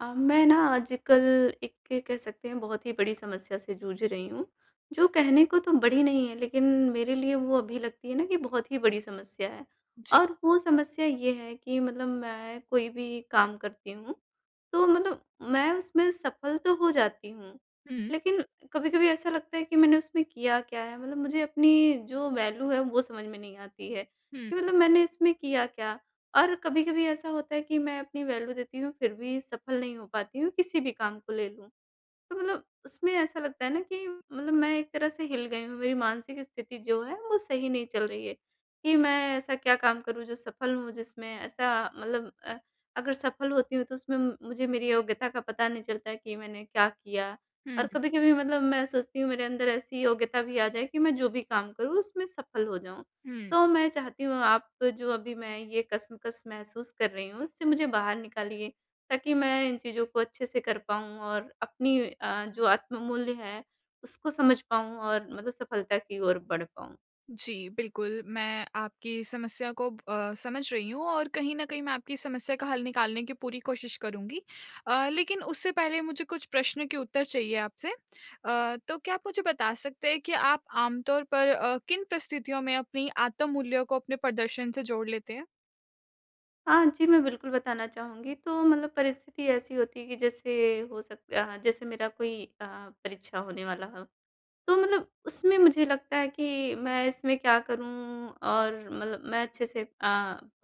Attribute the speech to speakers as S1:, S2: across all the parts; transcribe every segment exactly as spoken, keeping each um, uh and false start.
S1: अ, मैं ना आजकल एक के कह सकते हैं बहुत ही बड़ी समस्या से जूझ रही हूँ, जो कहने को तो बड़ी नहीं है, लेकिन मेरे लिए वो अभी लगती है ना कि बहुत ही बड़ी समस्या है।
S2: जी।
S1: और वो समस्या ये है कि मतलब मैं कोई भी काम करती हूँ, तो मतलब मैं उसमें सफल तो हो जाती हूँ,
S2: हुँ,
S1: लेकिन कभी-कभी ऐसा लगता है कि मैंने उसमें किया क्या है? मतलब मुझे अपनी जो वैल्यू है वो समझ में नहीं आती है,
S2: हुँ,
S1: कि मतलब मैंने इसमें किया क्या? और कभी-कभी ऐसा होता है कि मैं अपनी वैल्यू देती हूँ, फिर भी सफल नहीं हो पाती हूँ, किसी भी काम को ले लूँ। तो मतलब उसमें ऐसा लगता है ना कि मतलब मैं एक तरह से हिल गई हूँ, मेरी मानसिक स्थिति जो है वो सही नहीं चल रही है, कि मैं ऐसा क्या काम करूँ जो सफल हूँ जिसमें ऐसा मतलब अ, अगर सफल होती हूँ तो उसमें म- मुझे मेरी योग्यता का पता नहीं चलता कि मैंने क्या किया। और
S2: हुँ,
S1: कभी-कभी मतलब मैं सोचती हूँ मेरे अंदर ऐसी योग्यता भी आ जाए कि मैं जो भी काम करूँ उसमें सफल हो जाऊँ।
S2: हुँ।
S1: तो मैं चाहती हूँ आप जो अभी मैं ये कश्मकश महसूस कर रही हूँ, इससे मुझे बाहर निकालिए। ताकि मैं इन चीज़ों को अच्छे से कर पाऊँ और अपनी अ, जो आत्म-मूल्य है, उसको समझ पाऊँ और मतलब सफलता की ओर बढ़ पाऊँ।
S2: जी, बिल्कुल, मैं आपकी समस्या को अ, समझ रही हूँ और कहीं न कहीं मैं आपकी समस्या का हल निकालने की पूरी कोशिश करूँगी। अ, लेकिन उससे पहले मुझे कुछ प्रश्न के उत्तर चाहिए आपसे। अ, तो क्या आप मुझे बता सकते हैं कि आप आमतौर पर अ, किन परिस्थितियों में अपनी आत्म मूल्यों को अपने प्रदर्शन से जोड़ लेते हैं?
S1: हाँ जी, मैं बिल्कुल बताना चाहूँगी। तो मतलब परिस्थिति ऐसी होती है कि जैसे हो सक अ, जैसे मेरा कोई अ, परीक्षा होने वाला हो, तो मतलब उसमें मुझे लगता है कि मैं इसमें क्या करूँ और मतलब मैं अच्छे से अ,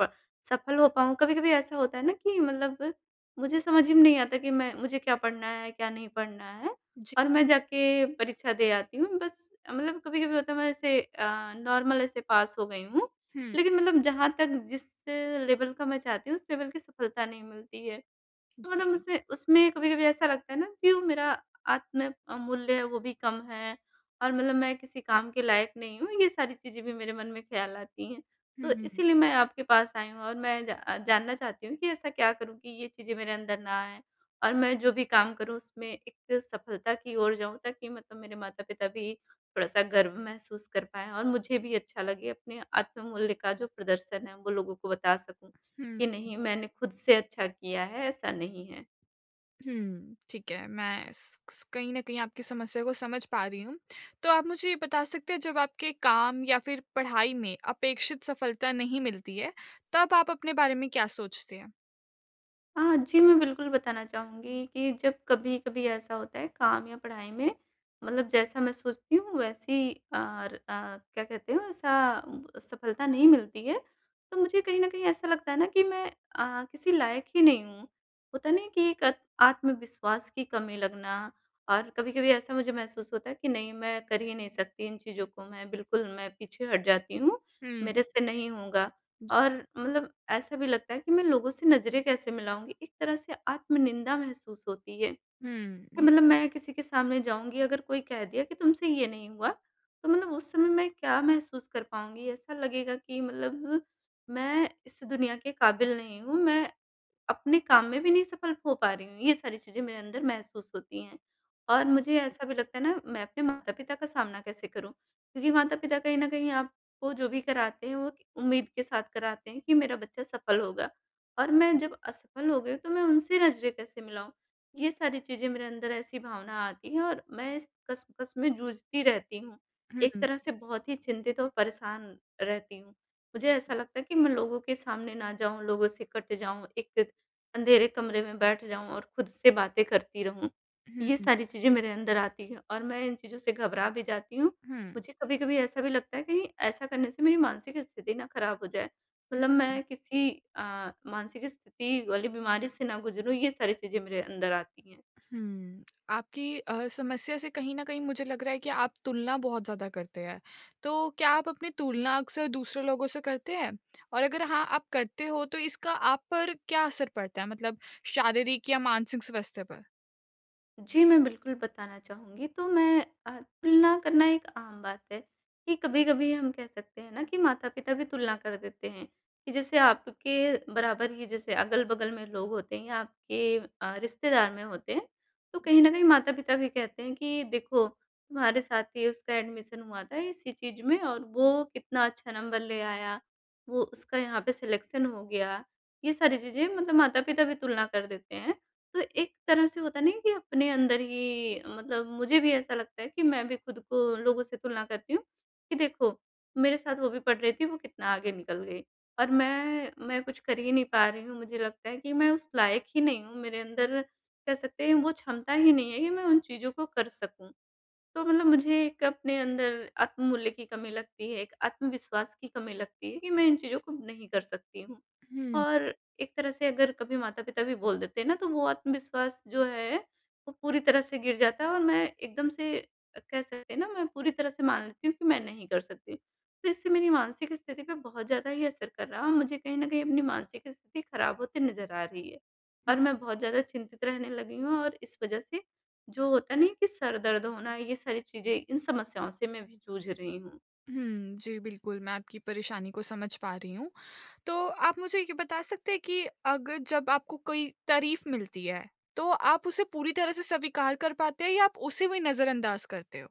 S1: प सफल हो पाऊँ। कभी-कभी ऐसा होता है ना कि मतलब मुझे समझ ही में नहीं आता कि मैं मुझे क्या पढ़ना है, क्या नहीं पढ़ना है,
S2: जी।
S1: और मैं जाके परीक्षा दे आती हूँ। बस मतलब कभी-कभी होता है मैं ऐसे अ, नॉर्मल ऐसे पास हो गई हूँ।
S2: हुँ,
S1: लेकिन मतलब जहाँ तक जिस लेवल का मैं चाहती हूँ, उस लेवल की सफलता नहीं मिलती है। तो मतलब
S2: जी।
S1: उसमें उसमें कभी-कभी ऐसा लगता है ना कि वो मेरा आत्म अ, मूल्य है वो भी कम है, और मतलब मैं किसी काम के लायक नहीं हूँ, ये सारी चीज़ें भी मेरे मन में ख़्याल आती हैं।
S2: हुँ,
S1: तो
S2: हुँ,
S1: इसीलिए मैं आपके पास आई हूँ, और मैं जा अ, जानना चाहती हूँ कि ऐसा क्या करूँ कि ये चीज़ें मेरे अंदर ना आएँ, और मैं जो भी काम करूँ उसमें एक सफलता की ओर जाऊँ, ताकि मतलब मेरे माता-पिता भी थोड़ा-सा गर्व महसूस कर पाएँ, और मुझे भी अच्छा लगे अपने आत्म मूल्य का जो प्रदर्शन है, वो लोगों को बता सकूँ।
S2: हुँ।
S1: कि नहीं, मैंने खुद से अच्छा किया है, ऐसा नहीं है।
S2: हुँ, ठीक है। मैं स स- कहीं न कहीं आपकी समस्या को समझ पा रही हूँ। तो आप मुझे ये बता सकते हैं जब आपके काम या फिर पढ़ाई में अपेक्षित सफलता नहीं मिलती है, तब आप अपने बारे में क्या सोचते हैं?
S1: हाँ जी, मैं बिल्कुल बताना चाहूँगी कि जब कभी-कभी ऐसा होता है काम या पढ़ाई में, मतलब जैसा मैं सोचती हूँ वैसी अ, र अ, क्या कहते हैं वैसा सफलता नहीं मिलती है, तो मुझे कहीं न कहीं ऐसा लगता है ना कि मैं अ, किसी लायक ही नहीं हूँ। होता नहीं है कि एक अत आत्मविश्वास की कमी लगना, और कभी-कभी ऐसा मुझे महसूस होता है कि नहीं, मैं कर ही नहीं सकती इन चीज़ों को, मैं बिल्कुल मैं पीछे हट जाती हूँ,
S2: हुँ,
S1: मेरे से नहीं होगा।
S2: जी।
S1: और मतलब ऐसा भी लगता है कि मैं लोगों से नज़रें कैसे मिलाऊँगी? एक तरह से आत्मनिंदा महसूस होती है कि
S2: हुँ,
S1: मतलब मैं किसी के सामने जाऊँगी, अगर कोई कह दिया कि तुमसे ये नहीं हुआ, तो मतलब उस समय मैं क्या महसूस कर पाऊँगी? ऐसा लगेगा कि मतलब मैं इस दुनिया के काबिल नहीं हूँ, मैं अपने काम में भी नहीं सफल हो पा रही हूँ, ये सारी चीज़ें मेरे अंदर महसूस होती हैं। और मुझे ऐसा भी लगता है ना, मैं अपने माता-पिता का सामना कैसे करूँ? क्योंकि माता-पिता कहीं न कहीं आपको जो भी कराते हैं, वो उम्मीद के साथ कराते हैं कि मेरा बच्चा सफल होगा। और मैं जब असफल हो गई, तो मैं उनसे नज़रें कैसे मिलाऊँ? ये सारी चीज़ें मेरे अंदर ऐसी भावना आती है, और मैं इस कस-कस में जूझती रहती हूँ।
S2: हुँ,
S1: एक
S2: हुँ,
S1: तरह से बहुत ही चिंतित और परेशान रहती हूँ। मुझे ऐसा
S2: जी।
S1: लगता है कि मैं लोगों के सामने ना जाऊँ, लोगों से कट जाऊँ, एक अंधेरे कमरे में बैठ जाऊँ और खुद से बातें करती रहूँ।
S2: हुँ,
S1: ये
S2: हुँ,
S1: सारी चीज़ें मेरे अंदर आती हैं, और मैं इन चीज़ों से घबरा भी जाती हूँ।
S2: हुँ,
S1: मुझे कभी-कभी ऐसा भी लगता है कहीं ऐसा करने से मेरी मानसिक स्थिति ना ख़राब हो जाए। मतलब
S2: हुँ।
S1: मैं किसी अ, मानसिक स्थिति वाली बीमारी से ना गुज़रूँ, ये सारी चीज़ें मेरे अंदर आती हैं।
S2: हम्म, आपकी अ, समस्या से कहीं न कहीं मुझे लग रहा है कि आप तुलना बहुत ज़्यादा करते हैं। तो क्या आप अपनी तुलना अक्सर दूसरे लोगों से करते हैं? और अगर हाँ, आप करते हो तो इसका आप पर क्या असर पड़ता है मतलब शारीरिक या मानसिक स्वास्थ्य पर?
S1: जी, मैं बिल्कुल बताना चाहूँगी। तो मैं अ, तुलना करना एक आम बात है, कि कभी-कभी हम कह सकते हैं ना कि माता-पिता भी तुलना कर देते हैं, कि जैसे आपके बराबर ही जैसे अगल-बगल में लोग होते हैं या आपके अ, रिश्तेदार में होते हैं, तो कहीं न कहीं माता-पिता भी कहते हैं कि देखो, तुम्हारे साथ ही उसका एडमिशन हुआ था इसी चीज़ में और वो कितना अच्छा नंबर ले आया, वो उसका यहाँ पे सिलेक्शन हो गया। ये सारी चीज़ें मतलब माता-पिता भी तुलना कर देते हैं। तो एक तरह से होता नहीं है कि अपने अंदर ही मतलब मुझे भी ऐसा लगता है कि मैं भी खुद को लोगों से तुलना करती हूँ कि देखो, मेरे साथ वो भी पढ़ रही थी, वो कितना आगे निकल गई, और मैं मैं कुछ कर ही नहीं पा रही हूँ। मुझे लगता है कि मैं उस लायक ही नहीं हूँ, मेरे अंदर कह सकते हैं वो क्षमता ही नहीं है कि मैं उन चीज़ों को कर सकूँ। तो मतलब मुझे एक अपने अंदर आत्ममूल्य की कमी लगती है, एक आत्मविश्वास की कमी लगती है कि मैं इन चीज़ों को नहीं कर सकती हूँ।
S2: हुँ,
S1: और एक तरह से अगर कभी माता-पिता भी बोल देते हैं ना, तो वो आत्मविश्वास जो है, वो पूरी तरह से गिर जाता है, और मैं एकदम से अ, कह सकते हैं ना, मैं पूरी तरह से मान लेती हूँ कि मैं नहीं कर सकती। तो इससे मेरी मानसिक स्थिति पे बहुत ज़्यादा ही असर कर रहा है, और मुझे कहीं न कहीं अपनी मानसिक स्थिति खराब होती नज़र आ रही है,
S2: हुँ,
S1: और मैं बहुत ज़्यादा चिंतित रहने लगी हूँ, और इस वजह से जो होता नहीं है कि सर दर्द होना, ये सारी चीज़ें, इन समस्याओं से मैं भी जूझ रही हूँ।
S2: हुँ, जी, बिल्कुल, मैं आपकी परेशानी को समझ पा रही हूँ। तो आप मुझे ये बता सकते हैं कि अगर जब आपको कोई तारीफ़ मिलती है, तो आप उसे पूरी तरह से स्वीकार कर पाते हैं या आप उसे भी नज़रअंदाज़ करते हो?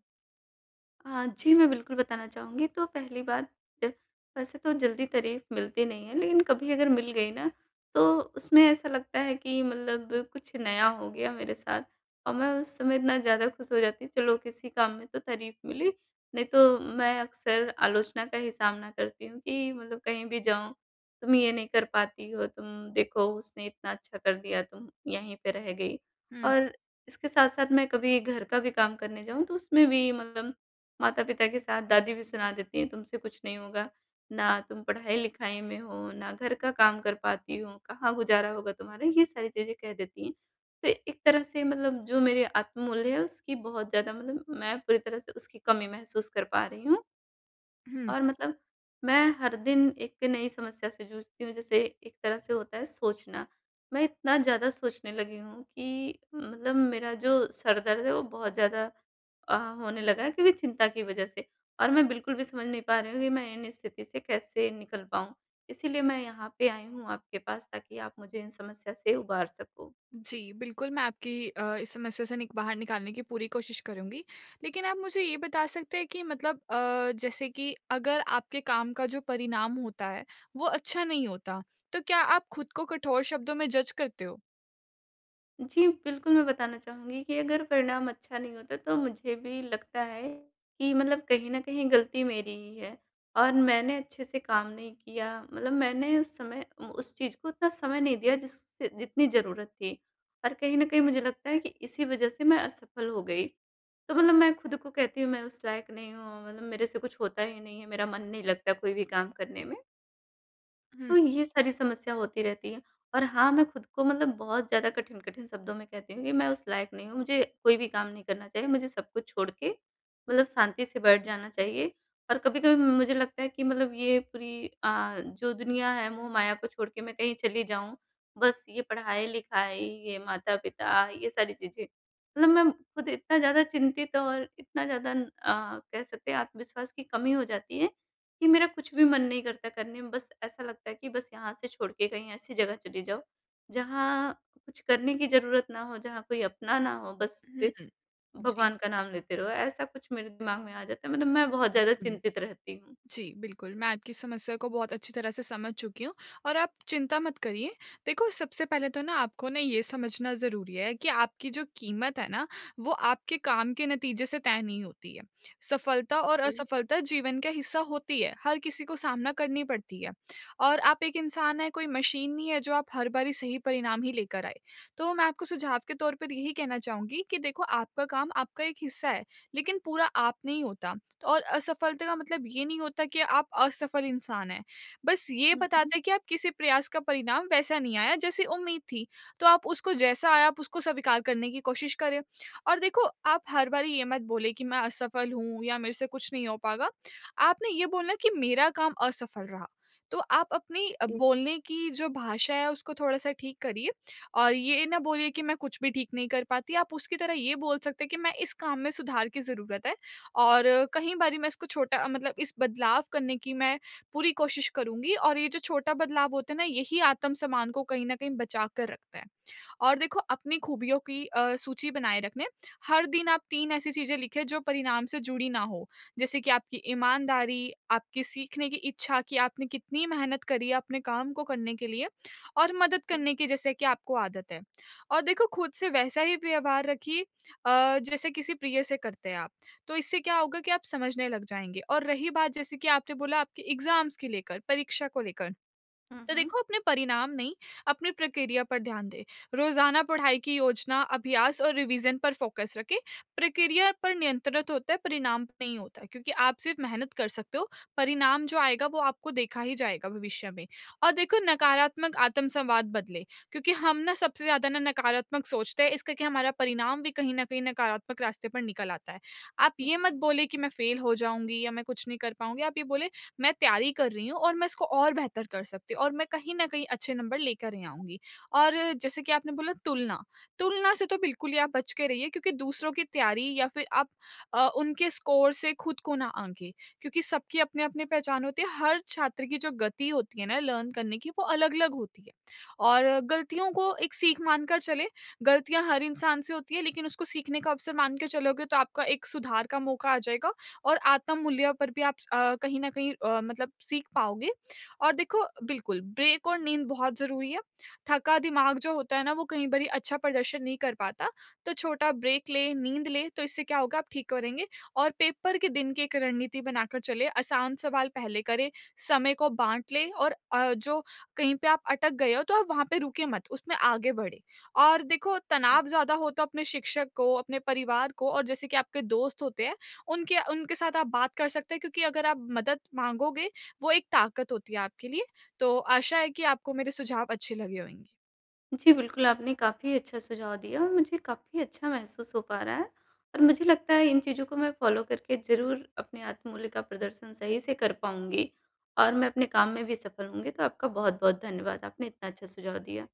S1: हाँ जी, मैं बिल्कुल बताना चाहूँगी। तो पहली बात, ज वैसे तो जल्दी तारीफ़ मिलती नहीं है, लेकिन कभी अगर मिल गई ना, तो उसमें ऐसा लगता है कि मतलब कुछ नया हो गया मेरे साथ, और मैं उस समय इतना ज़्यादा खुश हो जाती हूँ, चलो किसी काम में तो तारीफ़ मिली, नहीं तो मैं अक्सर आलोचना का ही सामना करती हूँ कि मतलब कहीं भी जाऊँ, तुम ये नहीं कर पाती हो, तुम देखो उसने इतना अच्छा कर दिया, तुम यहीं पे रह गई।
S2: हुँ,
S1: और इसके साथ-साथ मैं कभी घर का भी काम करने जाऊँ, तो उसमें भी मतलब माता-पिता के साथ दादी भी सुना देती हैं, तुमसे कुछ नहीं होगा, ना तुम पढ़ाई-लिखाई में हो, ना घर का काम कर पाती हो, कहाँ गुज़ारा होगा तुम्हारा, ये सारी चीज़ें कह देती हैं। तो एक तरह से मतलब जो मेरे आत्ममूल्य है उसकी बहुत ज़्यादा, मतलब मैं पूरी तरह से उसकी कमी महसूस कर पा रही हूँ।
S2: हुँ।
S1: और मतलब मैं हर दिन एक नई समस्या से जूझती हूँ, जैसे एक तरह से होता है सोचना। मैं इतना ज़्यादा सोचने लगी हूँ कि मतलब मेरा जो सर दर्द है वो बहुत ज़्यादा अ, होने लगा है, क्योंकि चिंता की वज़ह से। और मैं बिल्कुल भी समझ नहीं पा रही हूँ कि मैं इन स्थिति से कैसे निकल पाऊँ? इसीलिए मैं यहाँ पे आई हूँ आपके पास, ताकि आप मुझे इन समस्या से उबार सको।
S2: जी, बिल्कुल, मैं आपकी अ, इस समस्या से निक बाहर निकालने की पूरी कोशिश करूँगी। लेकिन आप मुझे ये बता सकते हैं कि मतलब अ, जैसे कि अगर आपके काम का जो परिणाम होता है, वो अच्छा नहीं होता, तो क्या आप खुद को कठोर शब्दों में जज करते हो?
S1: जी, बिल्कुल मैं बताना चाहूँगी कि अगर परिणाम अच्छा नहीं होता तो मुझे भी लगता है कि मतलब कहीं न कहीं गलती मेरी ही है, और मैंने अच्छे से काम नहीं किया। मतलब मैंने उस समय उस चीज़ को उतना समय नहीं दिया जिससे जितनी ज़रूरत थी, और कहीं न कहीं मुझे लगता है कि इसी वज़ह से मैं असफल हो गई। तो मतलब मैं खुद को कहती हूँ मैं उस लायक नहीं हूँ, मतलब मेरे से कुछ होता ही नहीं है, मेरा मन नहीं लगता कोई भी काम करने में।
S2: हुँ,
S1: तो ये सारी समस्या होती रहती है, और हाँ, मैं खुद को मतलब बहुत ज़्यादा कठिन-कठिन शब्दों में कहती हूँ कि मैं उस लायक नहीं हूँ, मुझे कोई भी काम नहीं करना चाहिए, मुझे सब कुछ छोड़ के मतलब शांति से बैठ जाना चाहिए। और कभी-कभी मुझे लगता है कि मतलब ये पूरी अ, जो दुनिया है, मोह-माया को छोड़ के मैं कहीं चली जाऊँ, बस ये पढ़ाई-लिखाई, ये माता-पिता, ये सारी चीज़ें। मतलब मैं खुद इतना ज़्यादा चिंतित और इतना ज़्यादा अ, कह सकते हैं आत्मविश्वास की कमी हो जाती है कि मेरा कुछ भी मन नहीं करता करने में, बस ऐसा लगता है कि बस यहाँ से छोड़ के कहीं ऐसी जगह चली जाओ, जहाँ कुछ करने की ज़रूरत ना हो, जहाँ कोई अपना ना हो, बस
S2: हुँ,
S1: से
S2: हुँ। जी।
S1: भगवान का नाम लेते रहो, ऐसा कुछ मेरे दिमाग में आ जाता है, मतलब मैं बहुत ज़्यादा
S2: हुँ।
S1: चिंतित रहती हूँ।
S2: जी, बिल्कुल, मैं आपकी समस्या को बहुत अच्छी तरह से समझ चुकी हूँ और आप चिंता मत करिए। देखो, सबसे पहले तो ना आपको ना ये समझना ज़रूरी है कि आपकी जो कीमत है ना, वो आपके काम के नतीजे से तय नहीं होती है। सफलता और
S1: जी।
S2: असफलता जीवन का हिस्सा होती है, हर किसी को सामना करनी पड़ती है और आप एक इंसान हैं, कोई मशीन नहीं है जो आप हर बारी सही परिणाम ही लेकर आए। तो मैं आपको सुझाव के तौर पर यही कहना चाहूँगी कि देखो, आपका काम आपका एक हिस्सा है, लेकिन पूरा आप नहीं होता। तो और असफलता का मतलब ये नहीं होता कि आप असफल इंसान हैं। बस ये
S1: हुँ, हुँ।
S2: बताता है कि आप किसी प्रयास का परिणाम वैसा नहीं आया जैसी उम्मीद थी। तो आप उसको जैसा आया आप उसको स्वीकार करने की कोशिश करें। और देखो आप हर बारी ये मत बोले कि मैं असफल हूँ या मेरे से कुछ नहीं हो पाएगा। आपने ये बोलना कि मेरा काम असफल रहा। तो आप अपनी अ,
S1: जी,
S2: बोलने की जो भाषा है उसको थोड़ा-सा ठीक करिए और ये ना बोलिए कि मैं कुछ भी ठीक नहीं कर पाती। आप उसकी तरह ये बोल सकते हैं कि मैं इस काम में सुधार की ज़रूरत है और कहीं बारी मैं इसको छोटा मतलब इस बदलाव करने की मैं पूरी कोशिश करूँगी और ये जो छोटा बदलाव होता है ना, यही आत्म-सम्मान को कहीं न कहीं बचा कर रखता है। और देखो अपनी खूबियों की अ, सूची बनाए रखने हर दिन आप तीन ऐसी चीज़ें लिखें जो परिणाम से जुड़ी ना हो। जैसे कि आपकी ईमानदारी, आपकी सीखने की इच्छा कि आपने कितनी मेहनत करी है अपने काम को करने के लिए और मदद
S1: जी।
S2: करने की जैसे कि आपको आदत है। और देखो खुद से वैसा ही व्यवहार रखिए अ, जैसे किसी प्रिय से करते हैं आप। तो इससे क्या होगा कि आप समझने लग जाएँगे और रही बात जैसे कि आपने बोला आपके एग्ज़ाम्स की लेकर, परीक्षा को लेकर
S1: हुँ,
S2: तो
S1: हुँ।
S2: देखो अपने परिणाम नहीं अपनी प्रक्रिया पर ध्यान दें। रोजाना पढ़ाई की योजना अभ्यास और रिवीजन पर फोकस रखें। प्रक्रिया पर नियंत्रित होता है परिणाम पे नहीं होता क्योंकि आप सिर्फ मेहनत कर सकते हो। परिणाम जो आएगा वो आपको देखा ही जाएगा भविष्य में। और देखो नकारात्मक आत्म संवाद बदले क्योंकि हम ना सबसे ज्यादा ना नकारात्मक सोचते हैं इसका कि हमारा परिणाम भी कहीं ना कहीं नकारात्मक रास्ते पर निकल आता है। आप ये मत
S1: जी।
S2: बोले कि मैं फेल हो जाऊंगी या मैं कुछ नहीं कर पाऊंगी। आप ये बोले मैं तैयारी कर रही हूँ और मैं इसको और बेहतर कर सकती हूँ और मैं कहीं न कहीं अच्छे नंबर लेकर ही आऊँगी। और जैसे कि आपने बोला तुलना, तुलना से तो बिल्कुल ही आप बच के रहिए क्योंकि दूसरों की तैयारी या फिर आप अ, उनके स्कोर से खुद को ना आंकें क्योंकि सबकी अपनी-अपनी पहचान होती है। हर छात्र की जो गति होती है ना लर्न करने की वो अलग-अलग होती है और गलतियों को एक सीख मानकर चलें, गलतियाँ हर इंसान से होती है लेकिन उसको सीखने का अवसर मान के चलोगे तो आपका एक सुधार का मौका आ जाएगा और आत्ममूल्य पर भी आप अ, कहीं न कहीं अ, मतलब सीख पाओगे। और देखो बिल्कुल, ब्रेक और नींद बहुत ज़रूरी है। थका दिमाग जो होता है ना, वो कई बारी अच्छा प्रदर्शन नहीं कर पाता, तो छोटा ब्रेक लें, नींद लें, तो इससे क्या होगा आप ठीक करेंगे। और पेपर के दिन की एक रणनीति बनाकर चलें, आसान सवाल पहले करें, समय को बाँट लें और अ, जो कहीं पे आप अटक गए हो, तो आप वहाँ पे रुके मत, उसमें आगे बढ़ें। और देखो
S1: जी।
S2: तनाव ज़्यादा हो तो अपने शिक्षक को, अपने परिवार को और जैसे कि आपके दोस्त होते हैं, उनके उनके साथ आप बात कर सकते हैं क्योंकि अगर आप मदद माँगोगे वो एक ताकत होती है आपके लिए। तो आशा है कि आपको मेरे सुझाव अच्छे लगे होंगे।
S1: जी, बिल्कुल, आपने काफ़ी अच्छा सुझाव दिया, और मुझे काफ़ी अच्छा महसूस हो पा रहा है, और मुझे लगता है इन चीज़ों को मैं फ़ॉलो करके ज़रूर अपने आत्ममूल्य का प्रदर्शन सही से कर पाऊँगी, और मैं अपने काम में भी सफल होंगी। तो आपका बहुत-बहुत धन्यवाद, आपने इतना अच्छा सुझाव दिया।